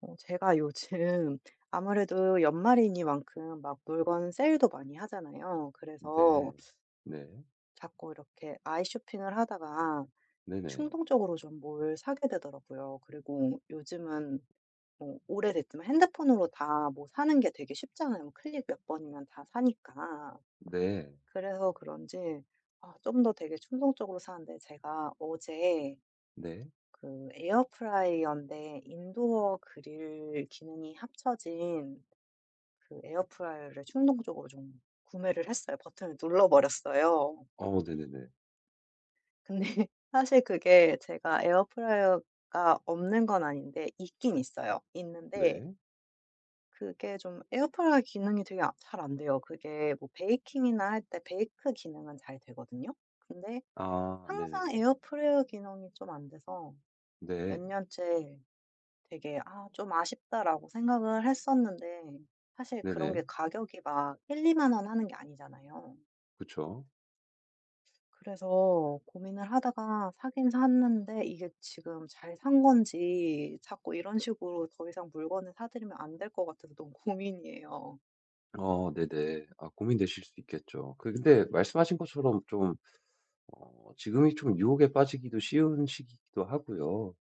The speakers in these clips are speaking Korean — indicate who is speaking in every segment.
Speaker 1: 제가 요즘 아무래도 연말이니만큼 막 물건 세일도 많이 하잖아요.
Speaker 2: 네.
Speaker 1: 그래서
Speaker 2: 네.
Speaker 1: 자꾸 이렇게 아이 쇼핑을 하다가
Speaker 2: 네네.
Speaker 1: 충동적으로 좀 뭘 사게 되더라고요. 그리고 요즘은 뭐 오래됐지만 핸드폰으로 다 뭐 사는 게 되게 쉽잖아요. 클릭 몇 번이면 다 사니까.
Speaker 2: 네.
Speaker 1: 그래서 그런지 좀 더 되게 충동적으로 사는데 제가 어제
Speaker 2: 네.
Speaker 1: 그 에어프라이어인데 인도어 그릴 기능이 합쳐진 그 에어프라이어를 충동적으로 좀 구매를 했어요. 버튼을 눌러버렸어요.
Speaker 2: 네네네.
Speaker 1: 근데 사실 그게 제가 에어프라이어가 없는 건 아닌데 있긴 있어요. 있는데
Speaker 2: 네.
Speaker 1: 그게 좀 에어프라이어 기능이 되게 잘 안 돼요. 그게 뭐 베이킹이나 할 때 베이크 기능은 잘 되거든요. 근데
Speaker 2: 아
Speaker 1: 항상
Speaker 2: 네네네.
Speaker 1: 에어프라이어 기능이 좀 안 돼서 몇
Speaker 2: 네.
Speaker 1: 년째 되게 '아 좀 아쉽다.'라고 생각을 했었는데 사실 그런 게
Speaker 2: 네네.
Speaker 1: 가격이 막 1-2만 원 하는 게 아니잖아요.
Speaker 2: 그쵸.
Speaker 1: 그래서 고민을 하다가 사긴 샀는데 이게 지금 잘 산 건지 자꾸 이런 식으로 더 이상 물건을 사들이면 안될 것 같아서 너무 고민이에요.
Speaker 2: 네네. 아 고민되실 수 있겠죠. 그 근데 말씀하신 것처럼 좀 지금이 좀 유혹에 빠지기도 쉬운 시기이기도 하고요.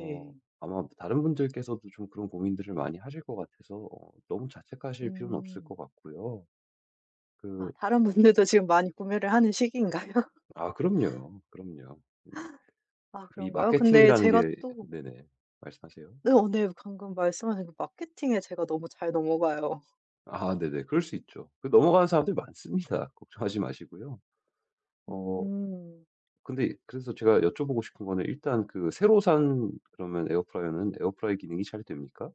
Speaker 2: 어 아마 다른 분들께서도 좀 그런 고민들을 많이 하실 것 같아서 너무 자책하실 필요는 없을
Speaker 1: 음.
Speaker 2: 것 같고요. 그
Speaker 1: 아 다른 분들도 지금 많이 구매를 하는 시기인가요?
Speaker 2: 아 그럼요. 그럼요. 이
Speaker 1: 아
Speaker 2: 이
Speaker 1: 그런가요? 근데
Speaker 2: 마케팅이라는
Speaker 1: 제가
Speaker 2: 게
Speaker 1: 또
Speaker 2: 네네. 말씀하세요.
Speaker 1: 네 네. 방금 말씀하신 그 마케팅에 제가 너무 잘 넘어가요.
Speaker 2: 아 네네. 그럴 수 있죠. 그 넘어가는 사람들 많습니다. 걱정하지 마시고요. 어
Speaker 1: 음.
Speaker 2: 근데 그래서 제가 여쭤보고 싶은 거는 일단 그 새로 산 그러면 에어프라이어는 에어프라이 기능이 잘 됩니까?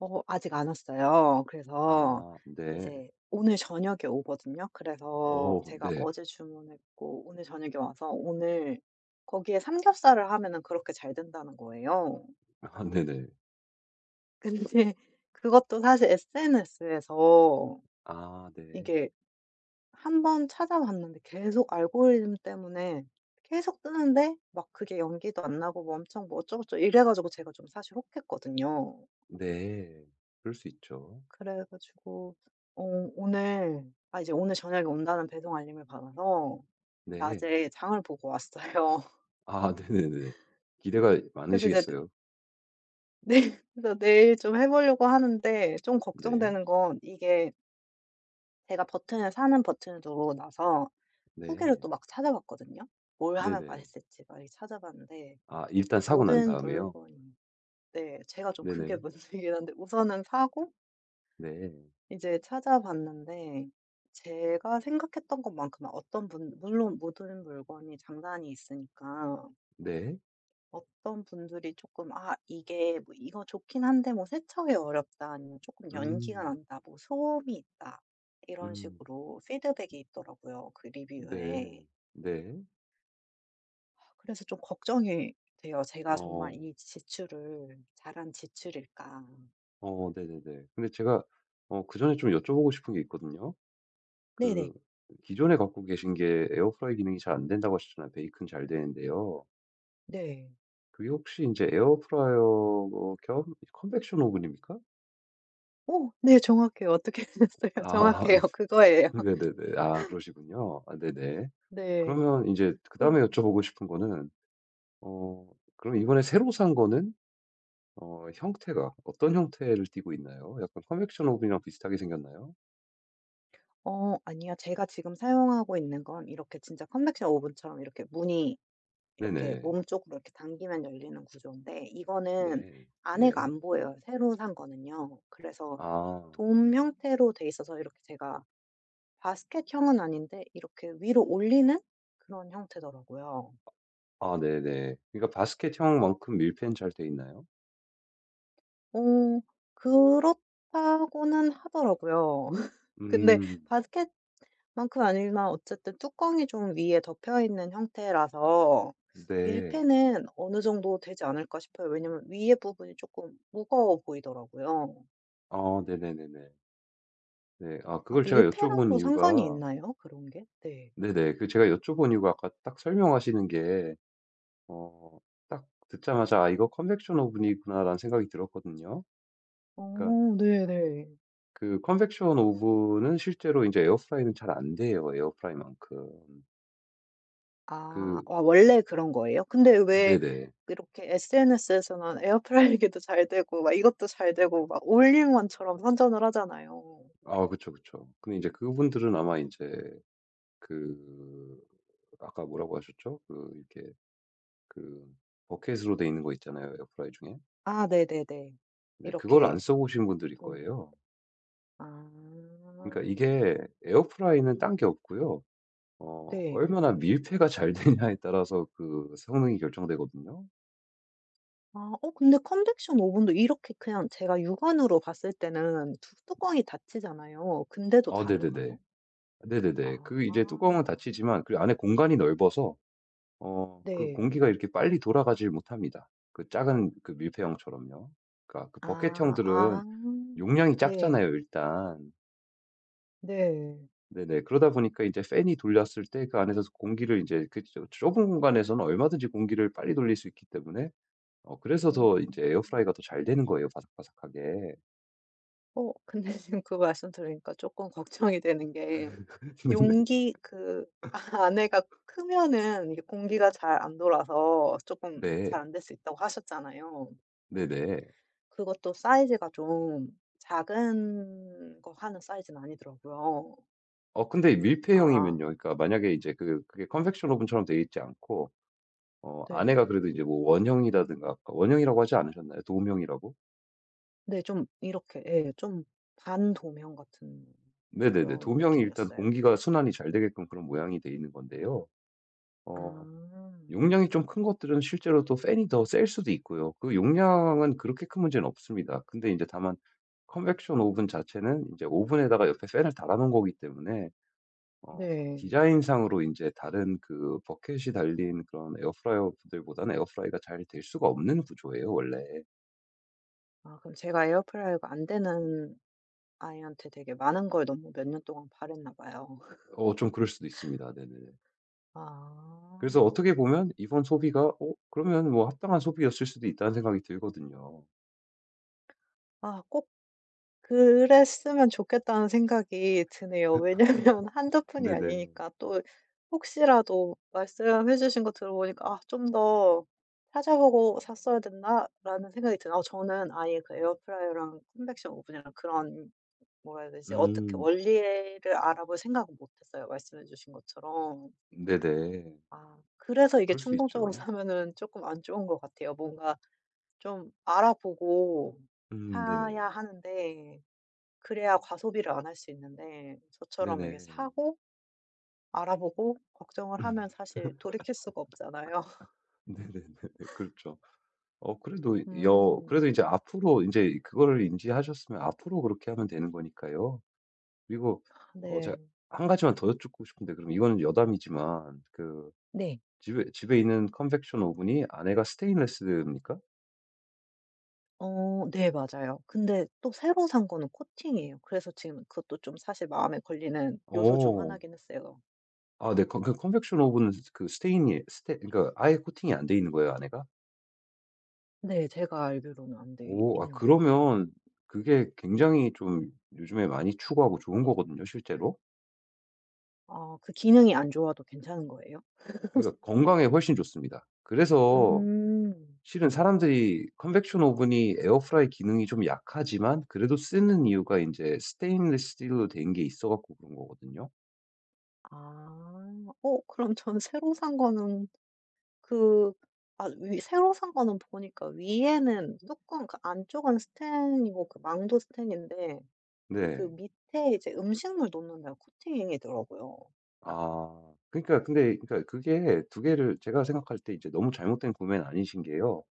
Speaker 1: 아직 안 왔어요. 그래서
Speaker 2: 아 네.
Speaker 1: 이제 오늘 저녁에 오거든요. 그래서
Speaker 2: 어
Speaker 1: 제가
Speaker 2: 네.
Speaker 1: 어제 주문했고 오늘 저녁에 와서 오늘 거기에 삼겹살을 하면은 그렇게 잘 된다는 거예요.
Speaker 2: 아 네네.
Speaker 1: 근데 그것도 사실 SNS에서
Speaker 2: 아 네.
Speaker 1: 이게 한 번 찾아봤는데 계속 알고리즘 때문에 계속 뜨는데 막 그게 연기도 안 나고 뭐 엄청 뭐 어쩌고저쩌고 이래 가지고 제가 좀 사실 혹했거든요.
Speaker 2: 네. 그럴 수 있죠.
Speaker 1: 그래 가지고 어 오늘 이제 오늘 저녁에 온다는 배송 알림을 받아서
Speaker 2: 네.
Speaker 1: 낮에 장을 보고 왔어요.
Speaker 2: 아 네네네. 기대가
Speaker 1: 그래서 이제 내
Speaker 2: 많으시겠어요.
Speaker 1: 내일 그래서 내일 좀 해 보려고 하는데 좀
Speaker 2: 네.
Speaker 1: 걱정되는 건 이게 제가 버튼을 누르고 나서 후기를
Speaker 2: 네.
Speaker 1: 또 막 찾아봤거든요. 뭘 하면
Speaker 2: 네네.
Speaker 1: 맛있을지 막 이렇게 찾아봤는데
Speaker 2: 아 일단 사고 난
Speaker 1: 모든
Speaker 2: 다음에요?
Speaker 1: 물건이 네 제가 좀 그게
Speaker 2: 네네.
Speaker 1: 문제긴 한데 우선은 사고
Speaker 2: 네.
Speaker 1: 이제 찾아봤는데 제가 생각했던 것만큼은 어떤 분 물론 모든 물건이 장단이 있으니까
Speaker 2: 네.
Speaker 1: 어떤 분들이 조금 '아 이게 뭐 이거 좋긴 한데 뭐 세척이 어렵다.' 아니면 조금 연기가
Speaker 2: 음.
Speaker 1: 난다.' 뭐 '소음이 있다.' 이런
Speaker 2: 음.
Speaker 1: 식으로 피드백이 있더라고요, 그
Speaker 2: 네.
Speaker 1: 리뷰에.
Speaker 2: 네.
Speaker 1: 그래서 좀 걱정이 돼요. 제가 정말
Speaker 2: 어.
Speaker 1: 이 지출을 잘한 지출일까.
Speaker 2: 네네네. 근데 제가 그전에 좀 여쭤보고 싶은 게 있거든요. 그
Speaker 1: 네네.
Speaker 2: 기존에 갖고 계신 게 에어프라이 기능이 잘 안 된다고 하셨잖아요. 베이컨 잘 되는데요.
Speaker 1: 네.
Speaker 2: 그게 혹시 이제 에어프라이어 겸 컨벡션 오븐입니까?
Speaker 1: 오 네 정확해요. 어떻게 됐어요
Speaker 2: 아
Speaker 1: 정확해요. 그거예요.
Speaker 2: 네네네. 아 그러시군요. 아 네네.
Speaker 1: 네.
Speaker 2: 그러면 이제 그다음에
Speaker 1: 그
Speaker 2: 여쭤보고 싶은 거는 어 그럼 이번에 새로 산 거는 형태가 어떤 형태를 띠고 있나요? 약간 컨벡션 오븐이랑 비슷하게 생겼나요?
Speaker 1: 아니요. 제가 지금 사용하고 있는 건 이렇게 진짜 컨벡션 오븐처럼 이렇게 문이 이렇게
Speaker 2: 네네.
Speaker 1: 몸 쪽으로 이렇게 당기면 열리는 구조인데 이거는
Speaker 2: 네.
Speaker 1: 안에가
Speaker 2: 네.
Speaker 1: 안 보여요, 새로 산 거는요. 그래서
Speaker 2: 아.
Speaker 1: 돔 형태로 돼 있어서 이렇게 제가 바스켓형은 아닌데 이렇게 위로 올리는 그런 형태더라고요.
Speaker 2: 아 네네. 그러니까 바스켓형만큼 밀폐는 잘 돼 있나요?
Speaker 1: 어 그렇다고는 하더라고요. 근데
Speaker 2: 음.
Speaker 1: 바스켓 만큼 아니지만 어쨌든 뚜껑이 좀 위에 덮여 있는 형태라서
Speaker 2: 네.
Speaker 1: 밀폐는 어느 정도 되지 않을까 싶어요. 왜냐면 위에 부분이 조금 무거워 보이더라고요.
Speaker 2: 아 네네네네. 네. 아
Speaker 1: 아
Speaker 2: 그걸 제가 여쭤본
Speaker 1: 밀폐랑도 상관이
Speaker 2: 이유가
Speaker 1: 있나요? 그런 게? 네.
Speaker 2: 네네. 그 제가 여쭤본 이유가 아까 딱 설명하시는 게 어 딱 듣자마자 '아 이거 컨벡션 오븐이구나.'라는 생각이 들었거든요. 그러니까
Speaker 1: 어 네네.
Speaker 2: 그 컨벡션 오븐은 실제로 인제 에어프라이는 잘 안 돼요, 에어프라이만큼.
Speaker 1: 아.
Speaker 2: 그
Speaker 1: 와 원래 그런 거예요? 근데 왜
Speaker 2: 네네.
Speaker 1: 이렇게 SNS에서는 에어프라이기도 잘 되고 막 이것도 잘 되고 막 올인원처럼 선전을 하잖아요.
Speaker 2: 아 그쵸, 그쵸. 근데 인제 그분들은 아마 인제 그 아까 뭐라고 하셨죠? 그 이렇게 그 버켓으로 돼 있는 거 있잖아요, 에어프라이 중에.
Speaker 1: 아 네네네.
Speaker 2: 네 그걸
Speaker 1: 이렇게
Speaker 2: 안 써 보신 분들일
Speaker 1: 도면
Speaker 2: 거예요.
Speaker 1: 아.
Speaker 2: 그러니까 이게 에어프라이는 딴 게 없고요.
Speaker 1: 네.
Speaker 2: 얼마나 밀폐가 잘 되냐에 따라서 그 성능이 결정되거든요.
Speaker 1: 근데 컨벡션 오븐도 이렇게 그냥 제가 육안으로 봤을 때는 두 뚜껑이 닫히잖아요. 근데도
Speaker 2: 아 네네네.
Speaker 1: 다른가요? 아.
Speaker 2: 네네네. 그 이제 뚜껑은 닫히지만 그 안에 공간이 넓어서 그
Speaker 1: 네.
Speaker 2: 공기가 이렇게 빨리 돌아가질 못합니다. 그 작은 그 밀폐형처럼요. 그러니까 그
Speaker 1: 아.
Speaker 2: 버켓형들은
Speaker 1: 아.
Speaker 2: 용량이 작잖아요,
Speaker 1: 네.
Speaker 2: 일단.
Speaker 1: 네.
Speaker 2: 네네. 그러다 보니까 이제 팬이 돌렸을 때 그 안에서 공기를 이제 그 좁 좁은 공간에서는 얼마든지 공기를 빨리 돌릴 수 있기 때문에 그래서 더 이제
Speaker 1: 음.
Speaker 2: 에어프라이가 더 잘 되는 거예요 바삭바삭하게.
Speaker 1: 근데 지금 그 말씀 들으니까 조금 걱정이 되는 게 용기 그 안에가 크면은 이게 공기가 잘 안 돌아서 조금
Speaker 2: 네네. 네.
Speaker 1: 잘 안 될 수 있다고 하셨잖아요.
Speaker 2: 네네.
Speaker 1: 그것도 사이즈가 좀 작은 거 하는 사이즈는 아니더라고요.
Speaker 2: 근데
Speaker 1: 아
Speaker 2: 밀폐형이면요. 그러니까 만약에 이제 그 그게 컨벡션 오븐처럼 되어 있지 않고
Speaker 1: 네.
Speaker 2: 안에가 그래도 이제 뭐 원형이라든가 아까 원형이라고 하지 않으셨나요? 도움형이라고?
Speaker 1: 네 좀 이렇게 예 좀 반도면 같은
Speaker 2: 네네네.
Speaker 1: 그런
Speaker 2: 도움형이 일단
Speaker 1: 느낌이었어요.
Speaker 2: 공기가 순환이 잘 되게끔 그런 모양이 돼 있는 건데요. 어
Speaker 1: 아
Speaker 2: 용량이 좀 큰 것들은 실제로 또 팬이 더 셀 수도 있고요. 그 용량은 그렇게 큰 문제는 없습니다. 근데 이제 다만 컨벡션 오븐 자체는 이제 오븐에다가 옆에 팬을 달아 놓은 거기 때문에 어
Speaker 1: 네.
Speaker 2: 디자인상으로 인제 다른 그 버켓이 달린 그런 에어프라이어들보다는 에어프라이가 잘 될 수가 없는 구조예요 원래.
Speaker 1: 아 그럼 제가 에어프라이어가 안 되는 아이한테 되게 많은 걸 너무 몇 년 동안 바랬나 봐요.
Speaker 2: 좀 그럴 수도 있습니다. 네네.
Speaker 1: 아.
Speaker 2: 그래서 어떻게 보면 이번 소비가 '어 그러면 뭐 합당한 소비였을 수도 있다.'는 생각이 들거든요.
Speaker 1: 아꼭 그랬으면 좋겠다는 생각이 드네요. 왜냐면 한두 푼이
Speaker 2: 네네.
Speaker 1: 아니니까 또 혹시라도 말씀해 주신 거 들어보니까 '아 좀 더 찾아보고 샀어야 됐나?'라는 생각이 드네요. 아 저는 아예 그 에어프라이어랑 컨벡션 오븐이랑 그런 뭐라 해야 되지? 어떻게
Speaker 2: 음.
Speaker 1: 원리를 알아볼 생각은 못 했어요, 말씀해 주신 것처럼.
Speaker 2: 네네.
Speaker 1: 아 그래서 이게
Speaker 2: 그럴 수
Speaker 1: 충동적으로
Speaker 2: 있죠.
Speaker 1: 사면은 조금 안 좋은 것 같아요. 뭔가 좀 알아보고
Speaker 2: 네네.
Speaker 1: 사야 하는데 그래야 과소비를 안 할 수 있는데 저처럼 이게
Speaker 2: 네네.
Speaker 1: 사고 알아보고 걱정을 하면 사실 돌이킬 수가 없잖아요.
Speaker 2: 네네네네. 그렇죠. 그래도 여
Speaker 1: 음.
Speaker 2: 그래도 이제 앞으로 이제 그거를 인지하셨으면 앞으로 그렇게 하면 되는 거니까요. 그리고 제가
Speaker 1: 네.
Speaker 2: 한 가지만 더 여쭙고 싶은데 그럼 이거는 여담이지만 그
Speaker 1: 네.
Speaker 2: 집에 있는 컨벡션 오븐이 안에가 스테인레스입니까?
Speaker 1: 어 네 맞아요. 근데 또 새로 산 거는 코팅이에요. 그래서 지금 그것도 좀 사실 마음에 걸리는 요소 중
Speaker 2: 오
Speaker 1: 하나긴 했어요.
Speaker 2: 아 네. 컨 그 컨벡션 오븐은 그 스테인이 스테 그러니까 아예 코팅이 안 돼 있는 거예요, 안에가?
Speaker 1: 네 제가 알기로는 안 돼
Speaker 2: 오 아
Speaker 1: 있는 것 같아요.
Speaker 2: 그러면 그게 굉장히 좀 요즘에 많이 추구하고 좋은 거거든요, 실제로.
Speaker 1: 아 그 기능이 안 좋아도 괜찮은 거예요?
Speaker 2: 그러니까 건강에 훨씬 좋습니다. 그래서
Speaker 1: 음.
Speaker 2: 실은 사람들이 컨벡션 오븐이 에어프라이 기능이 좀 약하지만 그래도 쓰는 이유가 인제 스테인리스 스틸로 된 게 있어 갖고 그런 거거든요.
Speaker 1: 아. 그럼 전 새로 산 거는 그 아 위 새로 산 거는 보니까 위에는 네. 뚜껑 그 안쪽은 스텐이고 그 망도 스텐인데 그
Speaker 2: 네.
Speaker 1: 밑에 이제 음식물 놓는 데가 코팅이더라고요.
Speaker 2: 아 그러니까 근데 그러니까 그게 두 개를 제가 생각할 때 이제 너무 잘못된 구매는 아니신 게요.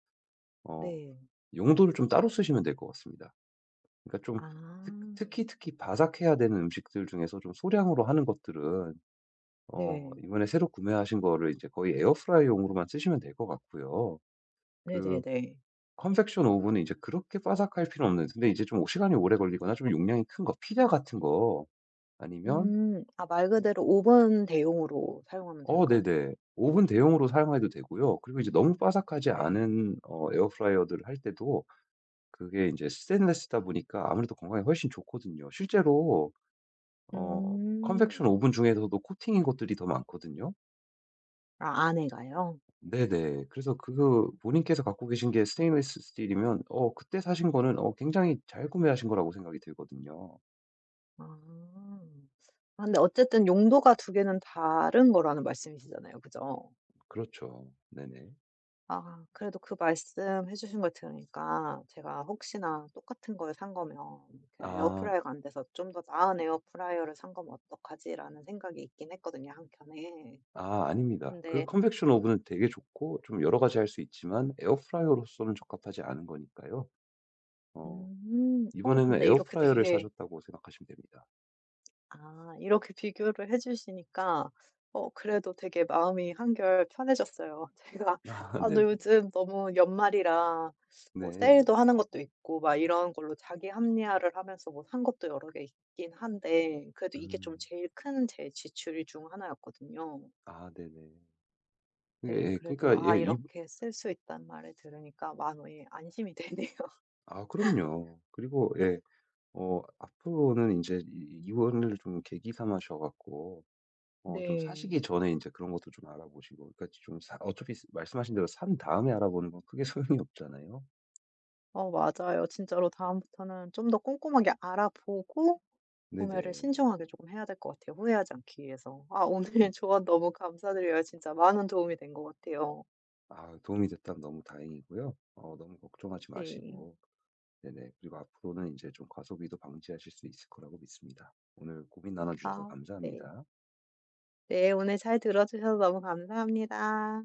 Speaker 2: 어
Speaker 1: 네.
Speaker 2: 용도를 좀 따로 쓰시면 될 것 같습니다. 그러니까 좀
Speaker 1: 아.
Speaker 2: 특 특히, 특히 바삭해야 되는 음식들 중에서 좀 소량으로 하는 것들은
Speaker 1: 네.
Speaker 2: 이번에 새로 구매하신 거를 이제 거의 에어프라이어용으로만 쓰시면 될 것 같고요. 그
Speaker 1: 네네네.
Speaker 2: 컨벡션 오븐은 이제 그렇게 빠삭할 필요는 없는데 근데 이제 좀 시간이 오래 걸리거나 좀 용량이 큰 거 피자 같은 거 아니면
Speaker 1: 음. 아 말 그대로 오븐 대용으로 사용하면 될까요?
Speaker 2: 네네. 오븐 대용으로 사용해도 되고요. 그리고 이제 너무 빠삭하지
Speaker 1: 네.
Speaker 2: 않은 에어프라이어들을 할 때도 그게 이제 스테인리스다 보니까 아무래도 건강에 훨씬 좋거든요. 실제로 컨벡션
Speaker 1: 음.
Speaker 2: 오븐 중에서도 코팅인 것들이 더 많거든요.
Speaker 1: 아 안에가요?
Speaker 2: 네네. 그래서 그 본인께서 갖고 계신 게 스테인리스 스틸이면 그때 사신 거는 굉장히 잘 구매하신 거라고 생각이 들거든요.
Speaker 1: 아. 아 근데 어쨌든 용도가 두 개는 다른 거라는 말씀이시잖아요. 그죠?
Speaker 2: 그렇죠. 네네.
Speaker 1: 아 그래도 그 말씀해 주신 걸 들으니까 제가 혹시나 똑같은 걸 산 거면 그냥
Speaker 2: 아.
Speaker 1: 에어프라이어가 안 돼서 '좀 더 나은 에어프라이어를 산 거면 어떡하지?'라는 생각이 있긴 했거든요 한켠에.
Speaker 2: 아 아닙니다. 그
Speaker 1: 근데
Speaker 2: 컨벡션 오븐은 되게 좋고 좀 여러 가지 할 수 있지만 에어프라이어로서는 적합하지 않은 거니까요. 어 이번에는
Speaker 1: 근데 이렇게
Speaker 2: 에어프라이어를
Speaker 1: 되게
Speaker 2: 사셨다고 생각하시면 됩니다.
Speaker 1: 아 이렇게 비교를 해 주시니까 어 그래도 되게 마음이 한결 편해졌어요. 제가
Speaker 2: 아
Speaker 1: '아 너
Speaker 2: 네네.
Speaker 1: 요즘 너무 연말이라 뭐
Speaker 2: 네.
Speaker 1: 세일도 하는 것도 있고 막 이런 걸로 자기 합리화를 하면서 뭐 산 것도 여러 개 있긴 한데 그래도 이게 좀
Speaker 2: 음.
Speaker 1: 제일 큰 제 지출 중 하나였거든요.'
Speaker 2: 아 네네. 예.
Speaker 1: 네
Speaker 2: 예, 그러니까
Speaker 1: 그래도 아
Speaker 2: 예 이
Speaker 1: 이렇게 쓸 수 있다는 말을 들으니까 마음이 안심이 되네요.
Speaker 2: 아 그럼요. 그리고 예. 앞으로는 이제 이 이혼을 좀 계기 삼으셔 갖고 좀
Speaker 1: 네.
Speaker 2: 사시기 전에 이제 그런 것도 좀 알아보시고 그러니까 좀 사 어차피 스 말씀하신 대로 산 다음에 알아보는 건 크게 소용이 없잖아요.
Speaker 1: 어 맞아요. 진짜로 다음부터는 좀 더 꼼꼼하게 알아보고 구매를
Speaker 2: 네네.
Speaker 1: 신중하게 조금 해야 될 것 같아요, 후회하지 않기 위해서. 아 오늘
Speaker 2: 음
Speaker 1: 조언 너무 감사드려요. 진짜 많은 도움이 된 것 같아요.
Speaker 2: 아 도움이 됐다면 너무 다행이고요. 너무 걱정하지
Speaker 1: 네.
Speaker 2: 마시고 네네 그리고 앞으로는 이제 좀 과소비도 방지하실 수 있을 거라고 믿습니다. 오늘 고민 나눠 주셔서
Speaker 1: 아 네.
Speaker 2: 감사합니다.
Speaker 1: 네 오늘 잘 들어 주셔서 너무 감사합니다.